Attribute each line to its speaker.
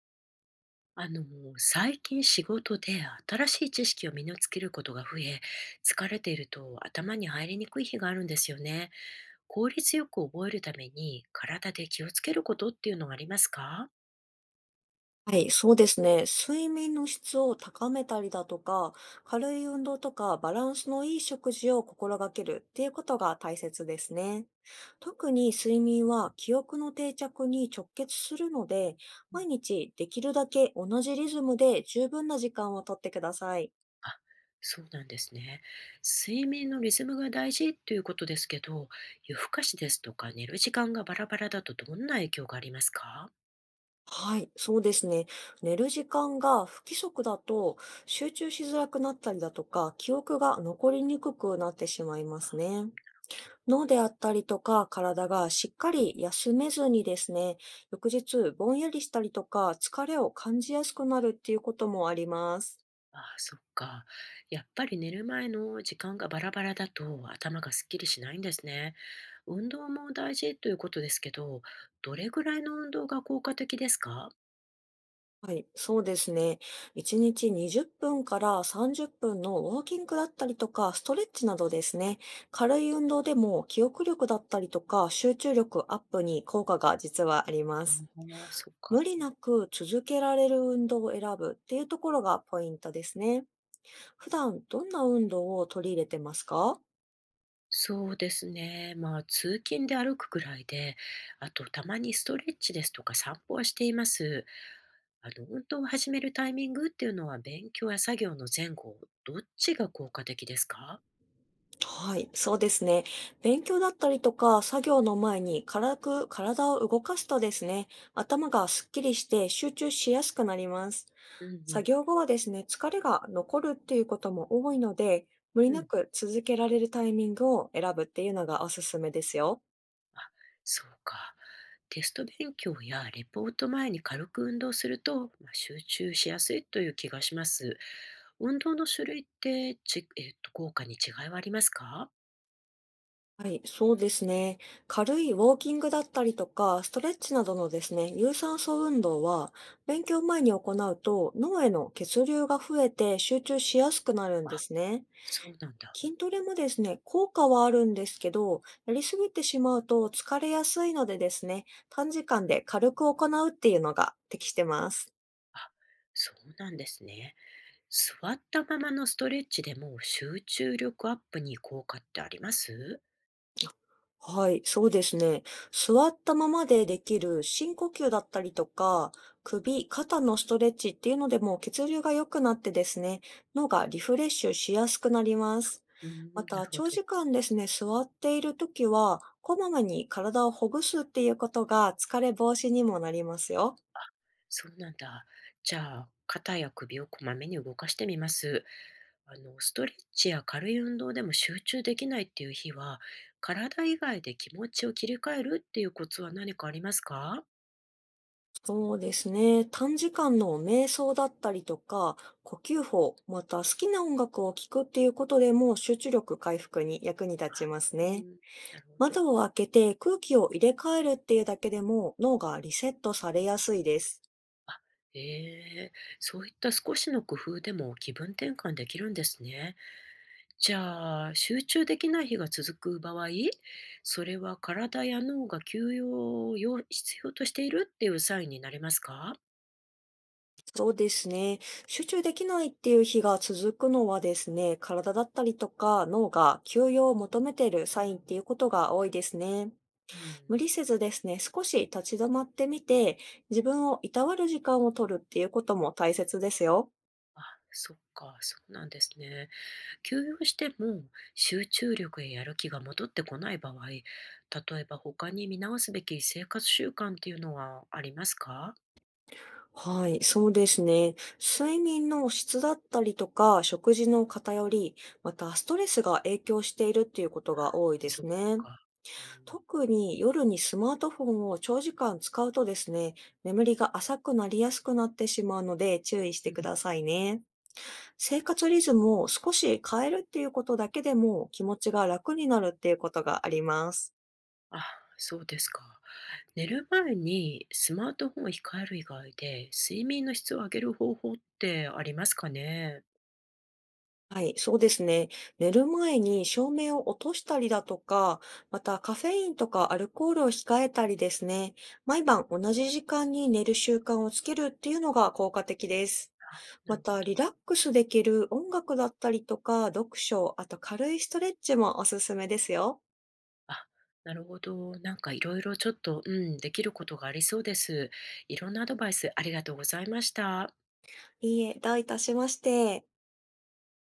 Speaker 1: あの、最近仕事で新しい知識を身につけることが増え、疲れていると頭に入りにくい日があるんですよね。効率よく覚えるために体で気をつけることっていうのがありますか？
Speaker 2: はい、そうですね。睡眠の質を高めたりだとか、軽い運動とか、バランスのいい食事を心がけるっていうことが大切ですね。特に睡眠は記憶の定着に直結するので、
Speaker 1: うん、
Speaker 2: 毎日できるだけ同じリズムで十分な時間をとってください。
Speaker 1: あ、そうなんですね。睡眠のリズムが大事っていうことですけど、夜更かしですとか寝る時間がバラバラだとどんな影響がありますか？
Speaker 2: はい、そうですね。寝る時間が不規則だと集中しづらくなったりだとか、記憶が残りにくくなってしまいますね。脳であったりとか体がしっかり休めずにですね、翌日ぼんやりしたりとか疲れを感じやすくなるっていうこともあります。
Speaker 1: ああ、そっか。やっぱり寝る前の時間がバラバラだと頭がすっきりしないんですね。運動も大事ということですけど、どれぐらいの運動が効果的ですか？
Speaker 2: はい、そうですね。1日20分から30分のウォーキングだったりとか、ストレッチなどですね、軽い運動でも記憶力だったりとか集中力アップに効果が実はありま
Speaker 1: あ
Speaker 2: す。
Speaker 1: あ、そっか。
Speaker 2: 無理なく続けられる運動を選ぶっていうところがポイントですね。普段どんな運動を取り入れてますか？
Speaker 1: そうですね。まあ、通勤で歩くくらいで、あとたまにストレッチですとか散歩はしています。あの、運動を始めるタイミングっていうのは勉強や作業の前後、どっちが効果的ですか？
Speaker 2: はい、そうですね。勉強だったりとか、作業の前に軽く体を動かすとですね、頭がすっきりして集中しやすくなります。
Speaker 1: うんう
Speaker 2: 作
Speaker 1: ん。
Speaker 2: 業後はですね、疲れが残るっていうことも多いので、無理
Speaker 1: う
Speaker 2: な
Speaker 1: ん。
Speaker 2: く続けられるタイミングを選ぶっていうのがおすすめですよ。
Speaker 1: あ、そうか。テスト勉強やレポート前に軽く運動すると、まあ、集中しやすいという気がします。運動の種類って、ち、えっと、効果に違いはありますか？
Speaker 2: はい、そうですね。軽いウォーキングだったりとか、ストレッチなどのですね、有酸素運動は、勉強前に行うと脳への血流が増えて集中しやすくなるん
Speaker 1: あ、
Speaker 2: ですね。
Speaker 1: そうなんだ。
Speaker 2: 筋トレもですね、効果はあるんですけど、やりすぎてしまうと疲れやすいのでですね、短時間で軽く行うっていうのが適してます。
Speaker 1: あ、そうなんですね。座ったままのストレッチでも集中力アップに効果ってあります？
Speaker 2: はい、そうですね。座ったままでできる深呼吸だったりとか、首、肩のストレッチっていうのでも血流が良くなってですね、脳がリフレッシュしやすくなります。
Speaker 1: うーん、
Speaker 2: ま
Speaker 1: な
Speaker 2: た、
Speaker 1: るほ
Speaker 2: 長
Speaker 1: ど。
Speaker 2: 時間ですね、座っているときは、こまめに体をほぐすっていうことが疲れ防止にもなりますよ。
Speaker 1: そうなんだ。じゃあ、肩や首をこまめに動かしてみます。あの、ストレッチや軽い運動でも集中できないっていう日は、体以外で気持ちを切り替えるっていうコツは何かありますか？
Speaker 2: そうですね。短時間の瞑想だったりとか、呼吸法、また好きな音楽を聴くっていうことでも集中力回復に役に立ちます
Speaker 1: う
Speaker 2: ね。
Speaker 1: ん、なるほど。
Speaker 2: 窓を開けて空気を入れ替えるっていうだけでも脳がリセットされやすいです。
Speaker 1: ええ、そういった少しの工夫でも気分転換できるんですね。じゃあ、集中できない日が続く場合、それは体や脳が休養を要必要としているっていうサインになりますか？
Speaker 2: そうですね。集中できないっていう日が続くのはですね、体だったりとか脳が休養を求めているサインっていうことが多いですね。
Speaker 1: うん。
Speaker 2: 無理せずですね、少し立ち止まってみて、自分をいたわる時間を取るっていうことも大切ですよ。
Speaker 1: あ、そっか、そうなんですね。休養しても集中力ややる気が戻ってこない場合、例えば他に見直すべき生活習慣っていうのはありますか？
Speaker 2: はい、そうですね。睡眠の質だったりとか、食事の偏り、またストレスが影響しているっていうことが多いで
Speaker 1: そっ
Speaker 2: すね。
Speaker 1: か。うん。
Speaker 2: 特に夜にスマートフォンを長時間使うとですね、眠りが浅くなりやすくなってしまうので注意し
Speaker 1: う
Speaker 2: て
Speaker 1: ん。
Speaker 2: くださいね。生活リズムを少し変えるっていうことだけでも気持ちが楽になるっていうことがあります。
Speaker 1: あ、そうですか。寝る前にスマートフォンを控える以外で睡眠の質を上げる方法ってありますかね？
Speaker 2: はい、そうですね。寝る前に照明を落としたりだとか、またカフェインとかアルコールを控えたりですね。毎晩同じ時間に寝る習慣をつけるっていうのが効果的です。
Speaker 1: あ、な
Speaker 2: ま
Speaker 1: るほ
Speaker 2: た、
Speaker 1: ど。
Speaker 2: リラックスできる音楽だったりとか、読書、あと軽いストレッチもおすすめですよ。
Speaker 1: あ、なるほど。なんかいろいろちょっと、うん、できることがありそうです。いろんなアドバイスありがとうございました。
Speaker 2: いいえ、どういたしまして。